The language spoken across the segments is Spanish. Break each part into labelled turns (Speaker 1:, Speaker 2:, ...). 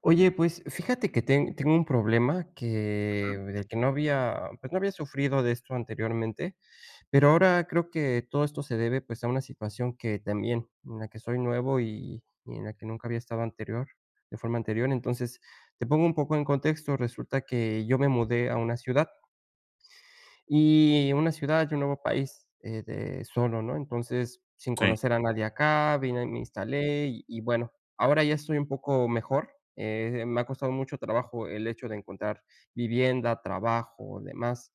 Speaker 1: Oye, pues fíjate que tengo un problema que del que no había, pues, no había sufrido de esto anteriormente, pero ahora creo que todo esto se debe, pues, a una situación que también en la que soy nuevo y en la que nunca había estado anterior, de forma anterior. Te pongo un poco en contexto, resulta que yo me mudé a una ciudad. Y una ciudad y un nuevo país, de solo, ¿no? Entonces, sin
Speaker 2: Sí,
Speaker 1: conocer a nadie acá, vine, me instalé y bueno, ahora ya estoy un poco mejor. Me ha costado mucho trabajo el hecho de encontrar vivienda, trabajo, demás.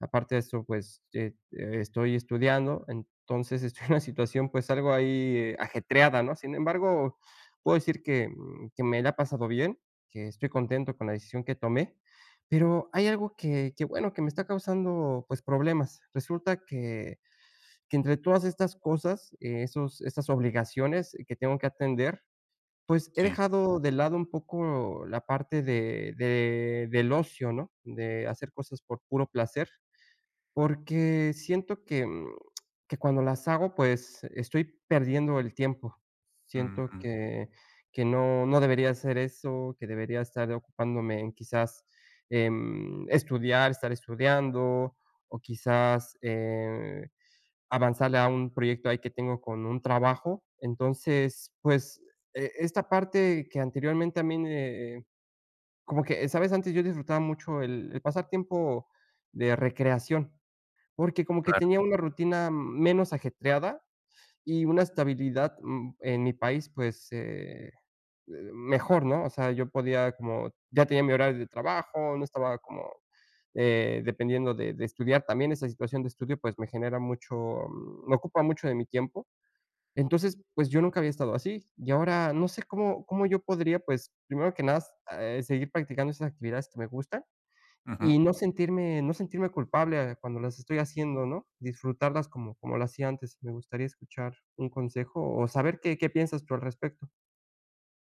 Speaker 1: Aparte de eso, pues, estoy estudiando, entonces estoy en una situación, pues, algo ahí ajetreada, ¿no? Sin embargo, puedo decir que, que me la he pasado bien, que estoy contento con la decisión que tomé, pero hay algo que, bueno, que me está causando, pues, problemas. Resulta que entre todas estas cosas, esos estas obligaciones que tengo que atender, pues, he
Speaker 2: sí.
Speaker 1: dejado de lado un poco la parte de del ocio, ¿no? De hacer cosas por puro placer. Porque siento que, que cuando las hago, pues, estoy perdiendo el tiempo. Siento
Speaker 2: Ujú,
Speaker 1: que no debería hacer eso, que debería estar ocupándome en quizás, estudiar, estar estudiando, o quizás, avanzarle a un proyecto ahí que tengo con un trabajo. Entonces, pues, esta parte que anteriormente a mí me como que, ¿sabes? Antes yo disfrutaba mucho el pasar tiempo de recreación. Porque como que
Speaker 2: claro.
Speaker 1: tenía una rutina menos ajetreada y una estabilidad, en mi país, pues, mejor, ¿no? O sea, yo podía como ya tenía mi horario de trabajo, no estaba como, dependiendo de estudiar. También esa situación de estudio, pues, me genera mucho, me ocupa mucho de mi tiempo. Entonces, pues, yo nunca había estado así, y ahora no sé cómo yo podría, pues, primero que nada, s seguir practicando esas actividades que me gustan
Speaker 2: Ujú.
Speaker 1: y no sentirme culpable cuando las estoy haciendo, ¿no? Disfrutarlas como como lo hacía antes. Me gustaría escuchar un consejo o saber qué piensas tú al respecto.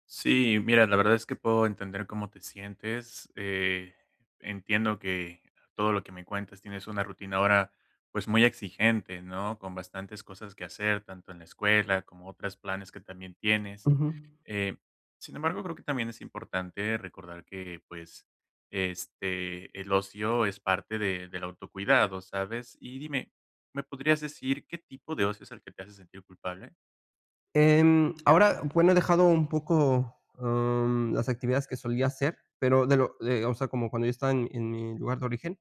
Speaker 2: Sí, mira, la verdad es que puedo entender cómo te sientes. Entiendo que todo lo que me cuentas, tienes una rutina ahora pues muy exigente, ¿no? Con bastantes cosas que hacer, tanto en la escuela como otros planes que también tienes.
Speaker 1: Ujú.
Speaker 2: Eh, Sin embargo, creo que también es importante recordar que, pues este, el ocio es parte de- del autocuidado, ¿sabes? Y dime, ¿me podrías decir qué tipo de ocio es el que te hace sentir culpable?
Speaker 1: Ahora, bueno, he dejado un poco, las actividades que solía hacer, pero o sea, como cuando yo estaba en mi lugar de origen.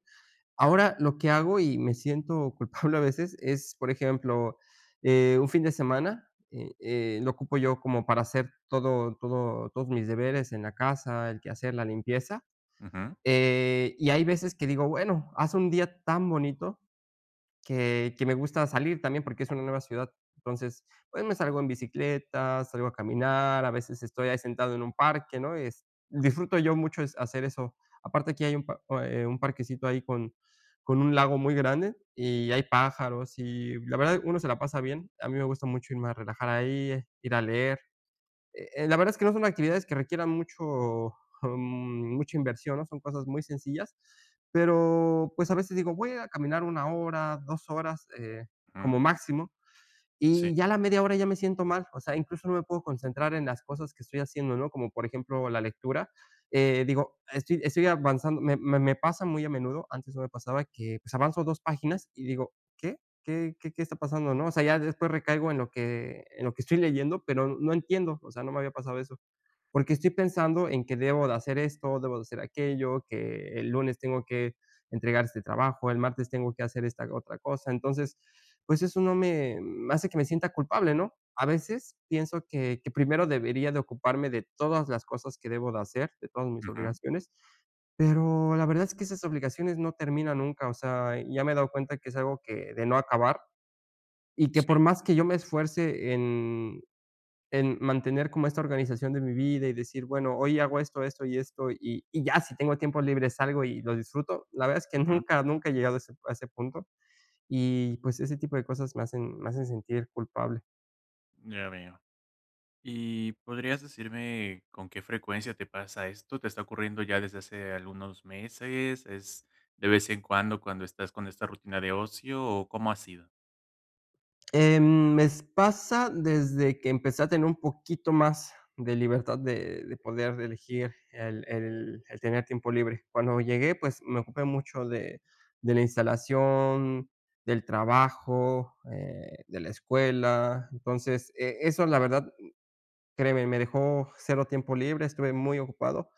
Speaker 1: Ahora lo que hago, y me siento culpable a veces, es, por ejemplo, un fin de semana, lo ocupo yo como para hacer todos mis deberes en la casa, el quehacer, la limpieza,
Speaker 2: Ujú,
Speaker 1: y hay veces que digo: "Bueno, hace un día tan bonito", que me gusta salir también, porque es una nueva ciudad. Entonces, pues, me salgo en bicicleta, salgo a caminar, a veces estoy ahí sentado en un parque, ¿no? Es Disfruto yo mucho es hacer eso. Aparte aquí hay un pa un parquecito ahí con un lago muy grande y hay pájaros y la verdad uno se la pasa bien. A mí me gusta mucho irme a relajar ahí, ir a leer. La verdad es que no son actividades que requieran mucho, mucha inversión, ¿no? Son cosas muy sencillas, pero, pues, a veces digo: "Voy a caminar una hora, 2 horas, como
Speaker 2: ujú,
Speaker 1: máximo".
Speaker 2: sí,
Speaker 1: Y ya a la media hora ya me siento mal, o sea, incluso no me puedo concentrar en las cosas que estoy haciendo, ¿no? Como por ejemplo, la lectura, digo, estoy estoy avanzando, me me me pasa muy a menudo, antes no me pasaba que, pues, avanzo 2 páginas y digo: "¿Qué? ¿Qué está pasando?", ¿no? O sea, ya después recaigo en lo que estoy leyendo, pero no entiendo, o sea, no me había pasado eso porque estoy pensando en que debo de hacer esto, debo de hacer aquello, que el lunes tengo que entregar este trabajo, el martes tengo que hacer esta otra cosa. Entonces, pues eso no me me hace que me sienta culpable, ¿no? A veces pienso que primero debería de ocuparme de todas las cosas que debo de hacer, de todas mis
Speaker 2: ujú,
Speaker 1: obligaciones, pero la verdad es que esas obligaciones no terminan nunca, o sea, ya me he dado cuenta que es algo que de no acabar y que por
Speaker 2: sí,
Speaker 1: más que yo me esfuerce en mantener como esta organización de mi vida y decir, bueno, hoy hago esto, esto y esto, y ya si tengo tiempo libre salgo y lo disfruto. La verdad es que
Speaker 2: ujú,
Speaker 1: nunca he llegado a ese punto y pues ese tipo de cosas me hacen sentir culpable.
Speaker 2: ya veo. ¿Y podrías decirme con qué frecuencia te pasa esto? ¿Te está ocurriendo ya desde hace algunos meses? ¿Es de vez en cuando cuando estás con esta rutina de ocio, o cómo ha sido?
Speaker 1: Me pasa desde que empecé a tener un poquito más de libertad de poder elegir el tener tiempo libre. Cuando llegué, pues, me ocupé mucho de la instalación, del trabajo, de la escuela. Entonces, eso, la verdad créeme, me dejó cero tiempo libre, estuve muy ocupado.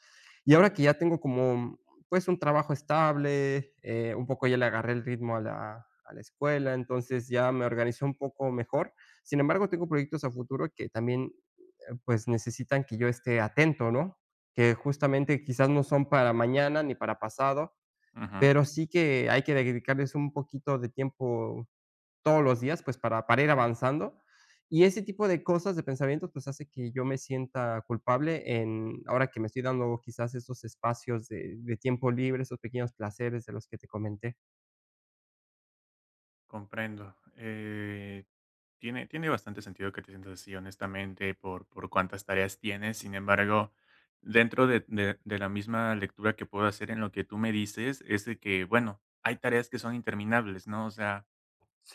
Speaker 1: Y ahora que ya tengo como, pues, un trabajo estable, un poco ya le agarré el ritmo a la escuela, entonces ya me organizé un poco mejor. Sin embargo, tengo proyectos a futuro que también, pues, necesitan que yo esté atento, ¿no? Que justamente quizás no son para mañana ni para pasado, pero sí que hay que dedicarles un poquito de tiempo todos los días, pues para ir avanzando. Y ese tipo de cosas, de pensamientos, pues hace que yo me sienta culpable en, ahora que me estoy dando quizás esos espacios de tiempo libre, esos pequeños placeres de los que te comenté.
Speaker 2: Comprendo. Tiene, tiene bastante sentido que te sientas así, honestamente, por cuántas tareas tienes. Sin embargo, dentro de, de la misma lectura que puedo hacer en lo que tú me dices, es de que, bueno, hay tareas que son interminables, ¿no? O sea,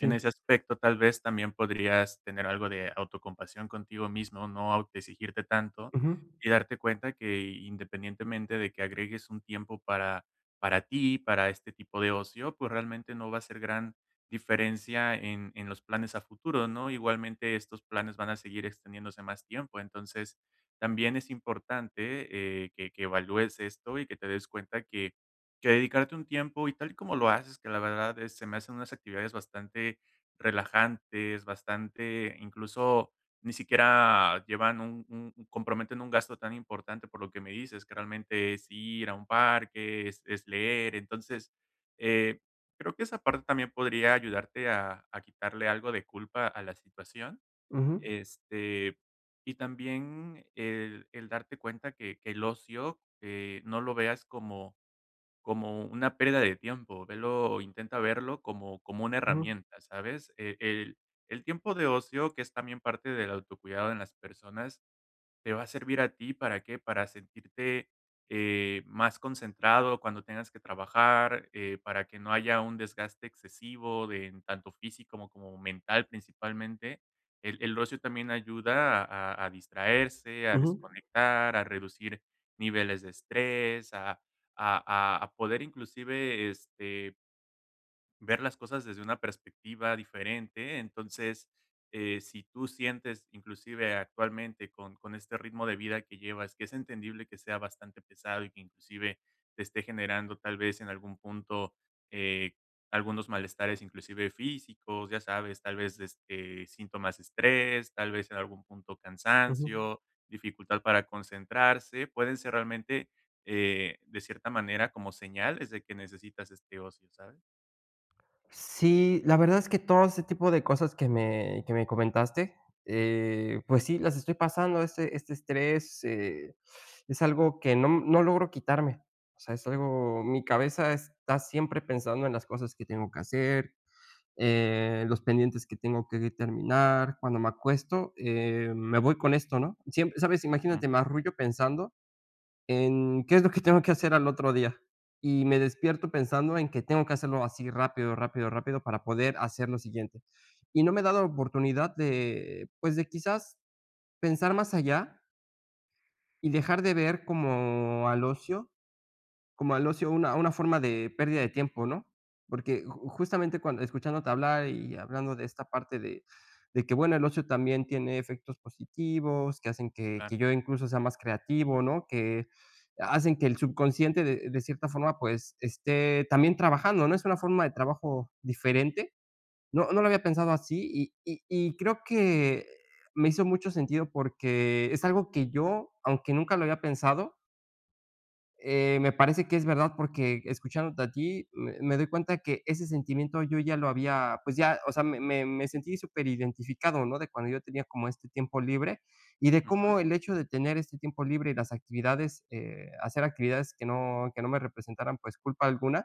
Speaker 2: en ese aspecto, tal vez también podrías tener algo de autocompasión contigo mismo, no autoexigirte tanto,
Speaker 1: Ujú,
Speaker 2: y darte cuenta que, independientemente de que agregues un tiempo para ti, para este tipo de ocio, pues realmente no va a ser gran diferencia en los planes a futuro, ¿no? Igualmente estos planes van a seguir extendiéndose más tiempo. Entonces también es importante que evalúes esto y que te des cuenta que dedicarte un tiempo, y tal y como lo haces, que la verdad, se me hacen unas actividades bastante relajantes, bastante, incluso ni siquiera llevan un comprometen un gasto tan importante, por lo que me dices, que realmente es ir a un parque, es leer. Entonces, eh, creo que esa parte también podría ayudarte a quitarle algo de culpa a la situación,
Speaker 1: ujú,
Speaker 2: este, y también el darte cuenta que el ocio, no lo veas como como una pérdida de tiempo, velo, intenta verlo como como una
Speaker 1: ujú,
Speaker 2: herramienta, ¿sabes? E el tiempo de ocio, que es también parte del autocuidado en las personas, te va a servir a ti, ¿para qué? Para sentirte más concentrado cuando tengas que trabajar, para que no haya un desgaste excesivo de en tanto físico como, como mental principalmente. El ocio también ayuda a, a distraerse, a
Speaker 1: ujú,
Speaker 2: desconectar, a reducir niveles de estrés, a, a poder inclusive este, ver las cosas desde una perspectiva diferente. Entonces, si tú sientes, inclusive actualmente, con este ritmo de vida que llevas, que es entendible que sea bastante pesado y que inclusive te esté generando tal vez en algún punto eh, algunos malestares, inclusive físicos, ya sabes, tal vez este, síntomas de estrés, tal vez en algún punto
Speaker 1: ujú.
Speaker 2: cansancio, dificultad para concentrarse, pueden ser realmente, de cierta manera, como señales de que necesitas este ocio, ¿sabes?
Speaker 1: Sí, la verdad es que todo ese tipo de cosas que me comentaste, pues sí, las estoy pasando, este estrés, es algo que no no logro quitarme. O sea, es algo mi cabeza está siempre pensando en las cosas que tengo que hacer, los pendientes que tengo que terminar. Cuando me acuesto, me voy con esto, ¿no? Siempre, ¿sabes?
Speaker 2: Mm.
Speaker 1: Imagínate, me arrullo pensando en qué es lo que tengo que hacer al otro día. Y me despierto pensando en que tengo que hacerlo así rápido, rápido, rápido para poder hacer lo siguiente. Y no me he dado la oportunidad de, pues, de quizás pensar más allá y dejar de ver como al ocio una forma de pérdida de tiempo, ¿no? Porque ju justamente cuando escuchándote hablar y hablando de esta parte de que, bueno, el ocio también tiene efectos positivos, que hacen que yo incluso sea más creativo, ¿no? Que hacen que el subconsciente de cierta forma, pues, esté también trabajando, ¿no? Es una forma de trabajo diferente. No lo había pensado así y creo que me hizo mucho sentido porque es algo que yo, aunque nunca lo había pensado, me parece que es verdad, porque escuchándote a ti, me doy cuenta que ese sentimiento yo ya lo había, pues ya, o sea, me sentí súper identificado, ¿no? De cuando yo tenía como este tiempo libre, y de
Speaker 2: Ujú.
Speaker 1: cómo el hecho de tener este tiempo libre y las actividades, hacer actividades que no me representaran, pues, culpa alguna,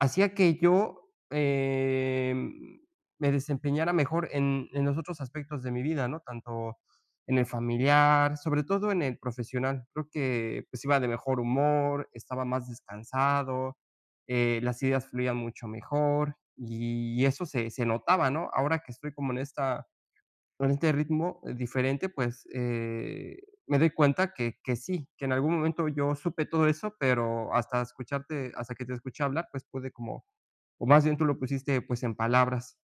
Speaker 1: hacía que yo, me desempeñara mejor en los otros aspectos de mi vida, ¿no? Tanto en el familiar, sobre todo en el profesional. Creo que, pues, iba de mejor humor, estaba más descansado, las ideas fluían mucho mejor, y eso se notaba, ¿no? Ahora que estoy como en esta con este ritmo diferente, pues, me doy cuenta que sí, que en algún momento yo supe todo eso, pero hasta que te escuché hablar, pues, pude como o más bien tú lo pusiste, pues, en palabras.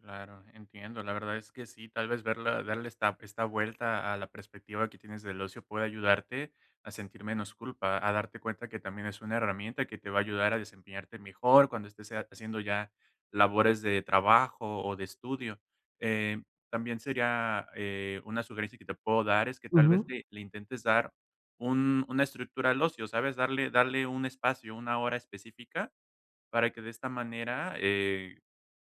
Speaker 2: Claro, entiendo. La verdad es que sí, tal vez verla, darle esta, esta vuelta a la perspectiva que tienes del ocio puede ayudarte a sentir menos culpa, a darte cuenta que también es una herramienta que te va a ayudar a desempeñarte mejor cuando estés haciendo ya labores de trabajo o de estudio. Eh, También sería una sugerencia que te puedo dar es que tal vez
Speaker 1: Ujú.
Speaker 2: le, le intentes dar un- una estructura al ocio, ¿sabes? Darle, darle un espacio, una hora específica para que de esta manera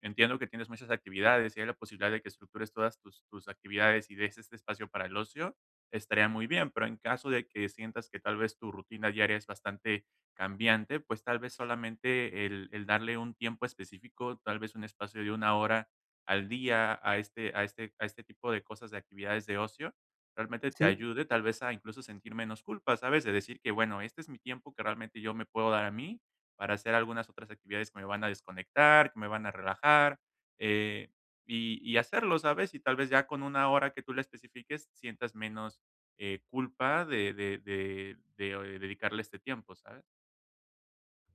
Speaker 2: entiendo que tienes muchas actividades, y hay la posibilidad de que estructures todas tus, tus actividades y des este espacio para el ocio, estaría muy bien. Pero en caso de que sientas que tal vez tu rutina diaria es bastante cambiante, pues tal vez solamente el darle un tiempo específico, tal vez un espacio de una hora al día a este, a este, a este tipo de cosas, de actividades de ocio, realmente te
Speaker 1: ¿Sí?
Speaker 2: ayude tal vez a incluso sentir menos culpa, ¿sabes? De decir que, bueno, este es mi tiempo que realmente yo me puedo dar a mí para hacer algunas otras actividades que me van a desconectar, que me van a relajar, eh, y hacerlo, ¿sabes? Y tal vez ya con una hora que tú le especifiques sientas menos, culpa de de dedicarle este tiempo, ¿sabes?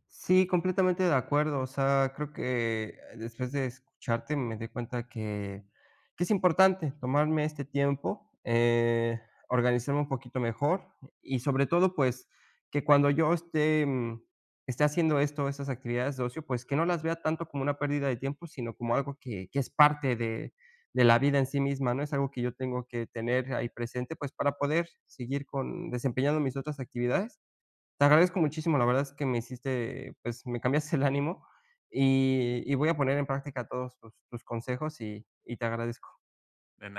Speaker 1: Sí, completamente de acuerdo. O sea, creo que después de escucharte me di cuenta que es importante tomarme este tiempo, organizarme un poquito mejor y sobre todo, pues, que cuando yo esté, esté haciendo esto, estas actividades de ocio, pues, que no las vea tanto como una pérdida de tiempo, sino como algo que es parte de la vida en sí misma, ¿no? Es algo que yo tengo que tener ahí presente, pues, para poder seguir con desempeñando mis otras actividades. Te agradezco muchísimo, la verdad es que me hiciste, pues, me cambiaste el ánimo voy a poner en práctica todos tus consejos y te agradezco.
Speaker 2: De na